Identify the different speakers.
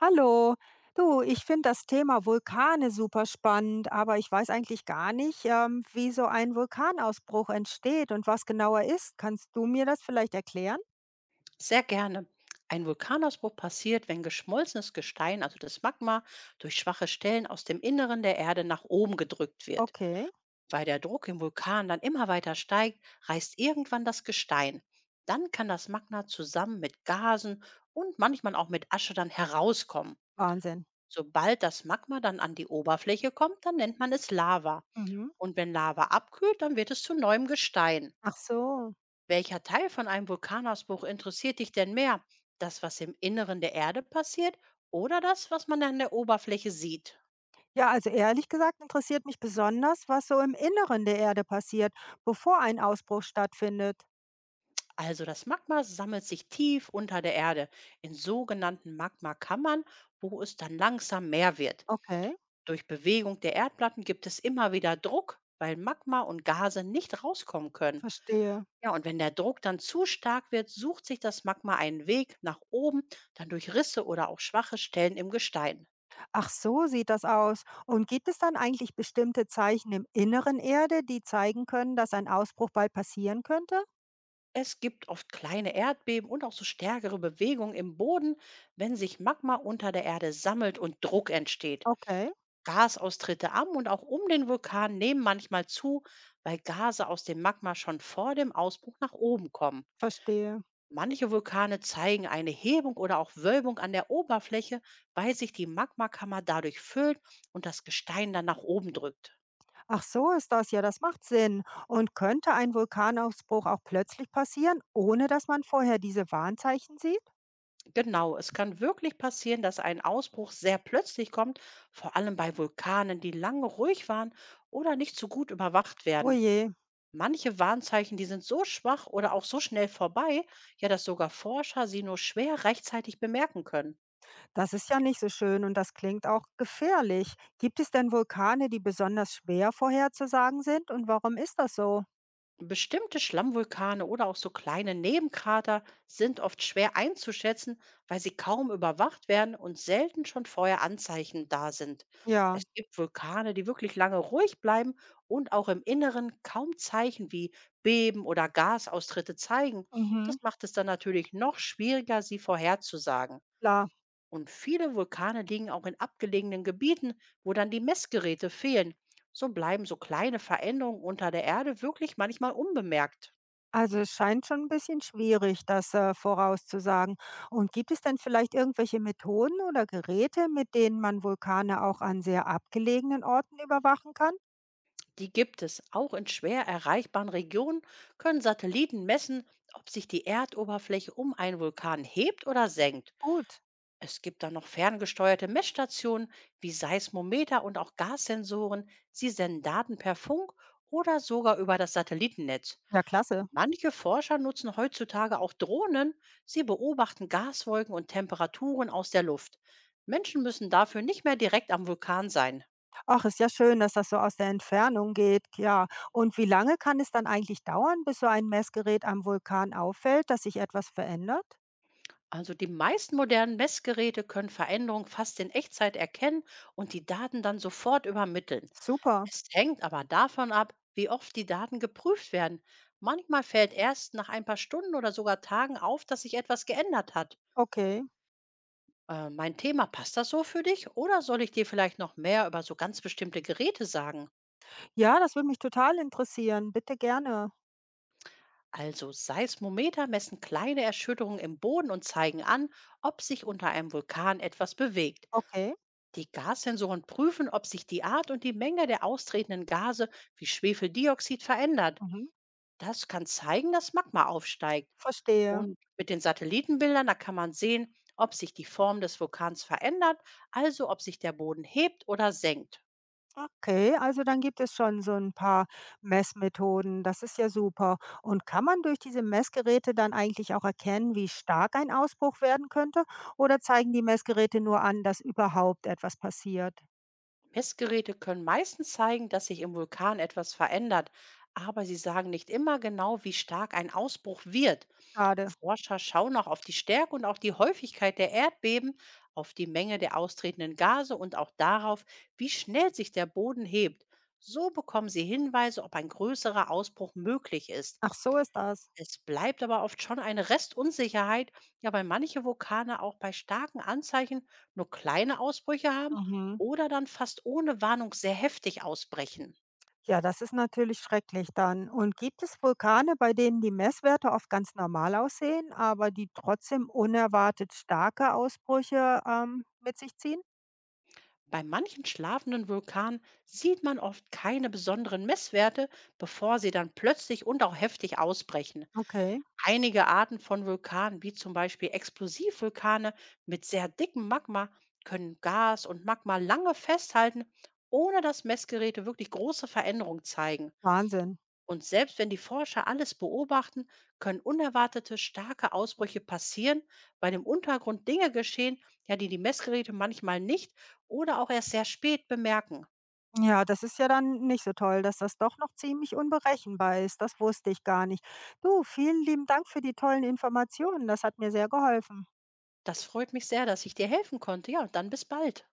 Speaker 1: Hallo. Du, ich finde das Thema Vulkane super spannend, aber ich weiß eigentlich gar nicht, wie so ein Vulkanausbruch entsteht und was genau er ist. Kannst du mir das vielleicht erklären?
Speaker 2: Sehr gerne. Ein Vulkanausbruch passiert, wenn geschmolzenes Gestein, also das Magma, durch schwache Stellen aus dem Inneren der Erde nach oben gedrückt wird.
Speaker 1: Okay.
Speaker 2: Weil der Druck im Vulkan dann immer weiter steigt, reißt irgendwann das Gestein. Dann kann das Magma zusammen mit Gasen und manchmal auch mit Asche dann herauskommen.
Speaker 1: Wahnsinn.
Speaker 2: Sobald das Magma dann an die Oberfläche kommt, dann nennt man es Lava.
Speaker 1: Mhm.
Speaker 2: Und wenn Lava abkühlt, dann wird es zu neuem Gestein.
Speaker 1: Ach so.
Speaker 2: Welcher Teil von einem Vulkanausbruch interessiert dich denn mehr? Das, was im Inneren der Erde passiert, oder das, was man an der Oberfläche sieht?
Speaker 1: Ja, also ehrlich gesagt interessiert mich besonders, was so im Inneren der Erde passiert, bevor ein Ausbruch stattfindet.
Speaker 2: Also das Magma sammelt sich tief unter der Erde in sogenannten Magmakammern, wo es dann langsam mehr wird.
Speaker 1: Okay,
Speaker 2: Durch Bewegung der Erdplatten gibt es immer wieder Druck, weil Magma und Gase nicht rauskommen können.
Speaker 1: verstehe.
Speaker 2: Ja, und wenn der Druck dann zu stark wird, sucht sich das Magma einen Weg nach oben, dann durch Risse oder auch schwache Stellen im Gestein.
Speaker 1: Ach so sieht das aus. Und gibt es dann eigentlich bestimmte Zeichen im Inneren Erde, die zeigen können, dass ein Ausbruch bald passieren könnte?
Speaker 2: Es gibt oft kleine Erdbeben und auch so stärkere Bewegungen im Boden, wenn sich Magma unter der Erde sammelt und Druck entsteht.
Speaker 1: Okay,
Speaker 2: Gasaustritte am und auch um den Vulkan nehmen manchmal zu, weil Gase aus dem Magma schon vor dem Ausbruch nach oben kommen.
Speaker 1: verstehe.
Speaker 2: Manche Vulkane zeigen eine Hebung oder auch Wölbung an der Oberfläche, weil sich die Magmakammer dadurch füllt und das Gestein dann nach oben drückt.
Speaker 1: Ach so ist das, ja, das macht Sinn. Und könnte ein Vulkanausbruch auch plötzlich passieren, ohne dass man vorher diese Warnzeichen sieht?
Speaker 2: Genau, es kann wirklich passieren, dass ein Ausbruch sehr plötzlich kommt, vor allem bei Vulkanen, die lange ruhig waren oder nicht so gut überwacht
Speaker 1: Oh
Speaker 2: werden.
Speaker 1: je,
Speaker 2: Manche Warnzeichen, die sind so schwach oder auch so schnell vorbei, ja, dass sogar Forscher sie nur schwer rechtzeitig bemerken können.
Speaker 1: das ist ja nicht so schön und das klingt auch gefährlich. Gibt es denn Vulkane, die besonders schwer vorherzusagen sind und warum ist das so?
Speaker 2: Bestimmte Schlammvulkane oder auch so kleine Nebenkrater sind oft schwer einzuschätzen, weil sie kaum überwacht werden und selten schon vorher Anzeichen da sind.
Speaker 1: Ja,
Speaker 2: Es gibt Vulkane, die wirklich lange ruhig bleiben und auch im Inneren kaum Zeichen wie Beben oder Gasaustritte zeigen. Das
Speaker 1: mhm,
Speaker 2: macht es dann natürlich noch schwieriger, sie vorherzusagen.
Speaker 1: klar.
Speaker 2: Und viele Vulkane liegen auch in abgelegenen Gebieten, wo dann die Messgeräte fehlen. So bleiben so kleine Veränderungen unter der Erde wirklich manchmal unbemerkt.
Speaker 1: Also, es scheint schon ein bisschen schwierig, das, vorauszusagen. Und gibt es denn vielleicht irgendwelche Methoden oder Geräte, mit denen man Vulkane auch an sehr abgelegenen Orten überwachen kann?
Speaker 2: Die gibt es. Auch in schwer erreichbaren Regionen können Satelliten messen, ob sich die Erdoberfläche um einen Vulkan hebt oder senkt.
Speaker 1: Gut,
Speaker 2: Es gibt dann noch ferngesteuerte Messstationen wie Seismometer und auch Gassensoren. Sie senden Daten per Funk oder sogar über das Satellitennetz.
Speaker 1: ja klasse.
Speaker 2: Manche Forscher nutzen heutzutage auch Drohnen. Sie beobachten Gaswolken und Temperaturen aus der Luft. Menschen müssen dafür nicht mehr direkt am Vulkan sein.
Speaker 1: Ach, ist ja schön, dass das so aus der Entfernung geht, ja. Und wie lange kann es dann eigentlich dauern, bis so ein Messgerät am Vulkan auffällt, dass sich etwas verändert?
Speaker 2: Also die meisten modernen Messgeräte können Veränderungen fast in Echtzeit erkennen und die Daten dann sofort übermitteln.
Speaker 1: Super,
Speaker 2: Es hängt aber davon ab, wie oft die Daten geprüft werden. Manchmal fällt erst nach ein paar Stunden oder sogar Tagen auf, dass sich etwas geändert hat.
Speaker 1: okay.
Speaker 2: Mein Thema, passt das so für dich? Oder soll ich dir vielleicht noch mehr über so ganz bestimmte Geräte sagen?
Speaker 1: Ja, das würde mich total interessieren. Bitte gerne.
Speaker 2: Also Seismometer messen kleine Erschütterungen im Boden und zeigen an, ob sich unter einem Vulkan etwas bewegt.
Speaker 1: Okay.
Speaker 2: Die Gassensoren prüfen, ob sich die Art und die Menge der austretenden Gase wie Schwefeldioxid verändert.
Speaker 1: Mhm.
Speaker 2: Das kann zeigen, dass Magma aufsteigt.
Speaker 1: Verstehe.
Speaker 2: Und mit den Satellitenbildern, da kann man sehen, ob sich die Form des Vulkans verändert, also ob sich der Boden hebt oder senkt.
Speaker 1: Okay, also dann gibt es schon so ein paar Messmethoden. Das ist ja super. Und kann man durch diese Messgeräte dann eigentlich auch erkennen, wie stark ein Ausbruch werden könnte? Oder zeigen die Messgeräte nur an, dass überhaupt etwas passiert?
Speaker 2: Messgeräte können meistens zeigen, dass sich im Vulkan etwas verändert, aber sie sagen nicht immer genau, wie stark ein Ausbruch wird.
Speaker 1: Schade.
Speaker 2: Forscher schauen auch auf die Stärke und auch die Häufigkeit der Erdbeben, auf die Menge der austretenden Gase und auch darauf, wie schnell sich der Boden hebt. So bekommen sie Hinweise, ob ein größerer Ausbruch möglich ist.
Speaker 1: Ach, so ist das.
Speaker 2: Es bleibt aber oft schon eine Restunsicherheit, ja, weil manche Vulkane auch bei starken Anzeichen nur kleine Ausbrüche haben
Speaker 1: Mhm.
Speaker 2: oder dann fast ohne Warnung sehr heftig ausbrechen.
Speaker 1: Ja, das ist natürlich schrecklich dann. Und gibt es Vulkane, bei denen die Messwerte oft ganz normal aussehen, aber die trotzdem unerwartet starke Ausbrüche, mit sich ziehen?
Speaker 2: Bei manchen schlafenden Vulkanen sieht man oft keine besonderen Messwerte, bevor sie dann plötzlich und auch heftig ausbrechen.
Speaker 1: Okay,
Speaker 2: Einige Arten von Vulkanen, wie zum Beispiel Explosivvulkane mit sehr dickem Magma, können Gas und Magma lange festhalten, ohne dass Messgeräte wirklich große Veränderungen zeigen.
Speaker 1: Wahnsinn.
Speaker 2: Und selbst wenn die Forscher alles beobachten, können unerwartete starke Ausbrüche passieren, weil im Untergrund Dinge geschehen, ja, die die Messgeräte manchmal nicht oder auch erst sehr spät bemerken.
Speaker 1: Ja, das ist ja dann nicht so toll, dass das doch noch ziemlich unberechenbar ist. Das wusste ich gar nicht. Du, vielen lieben Dank für die tollen Informationen. Das hat mir sehr geholfen.
Speaker 2: Das freut mich sehr, dass ich dir helfen konnte. Ja, und dann bis bald.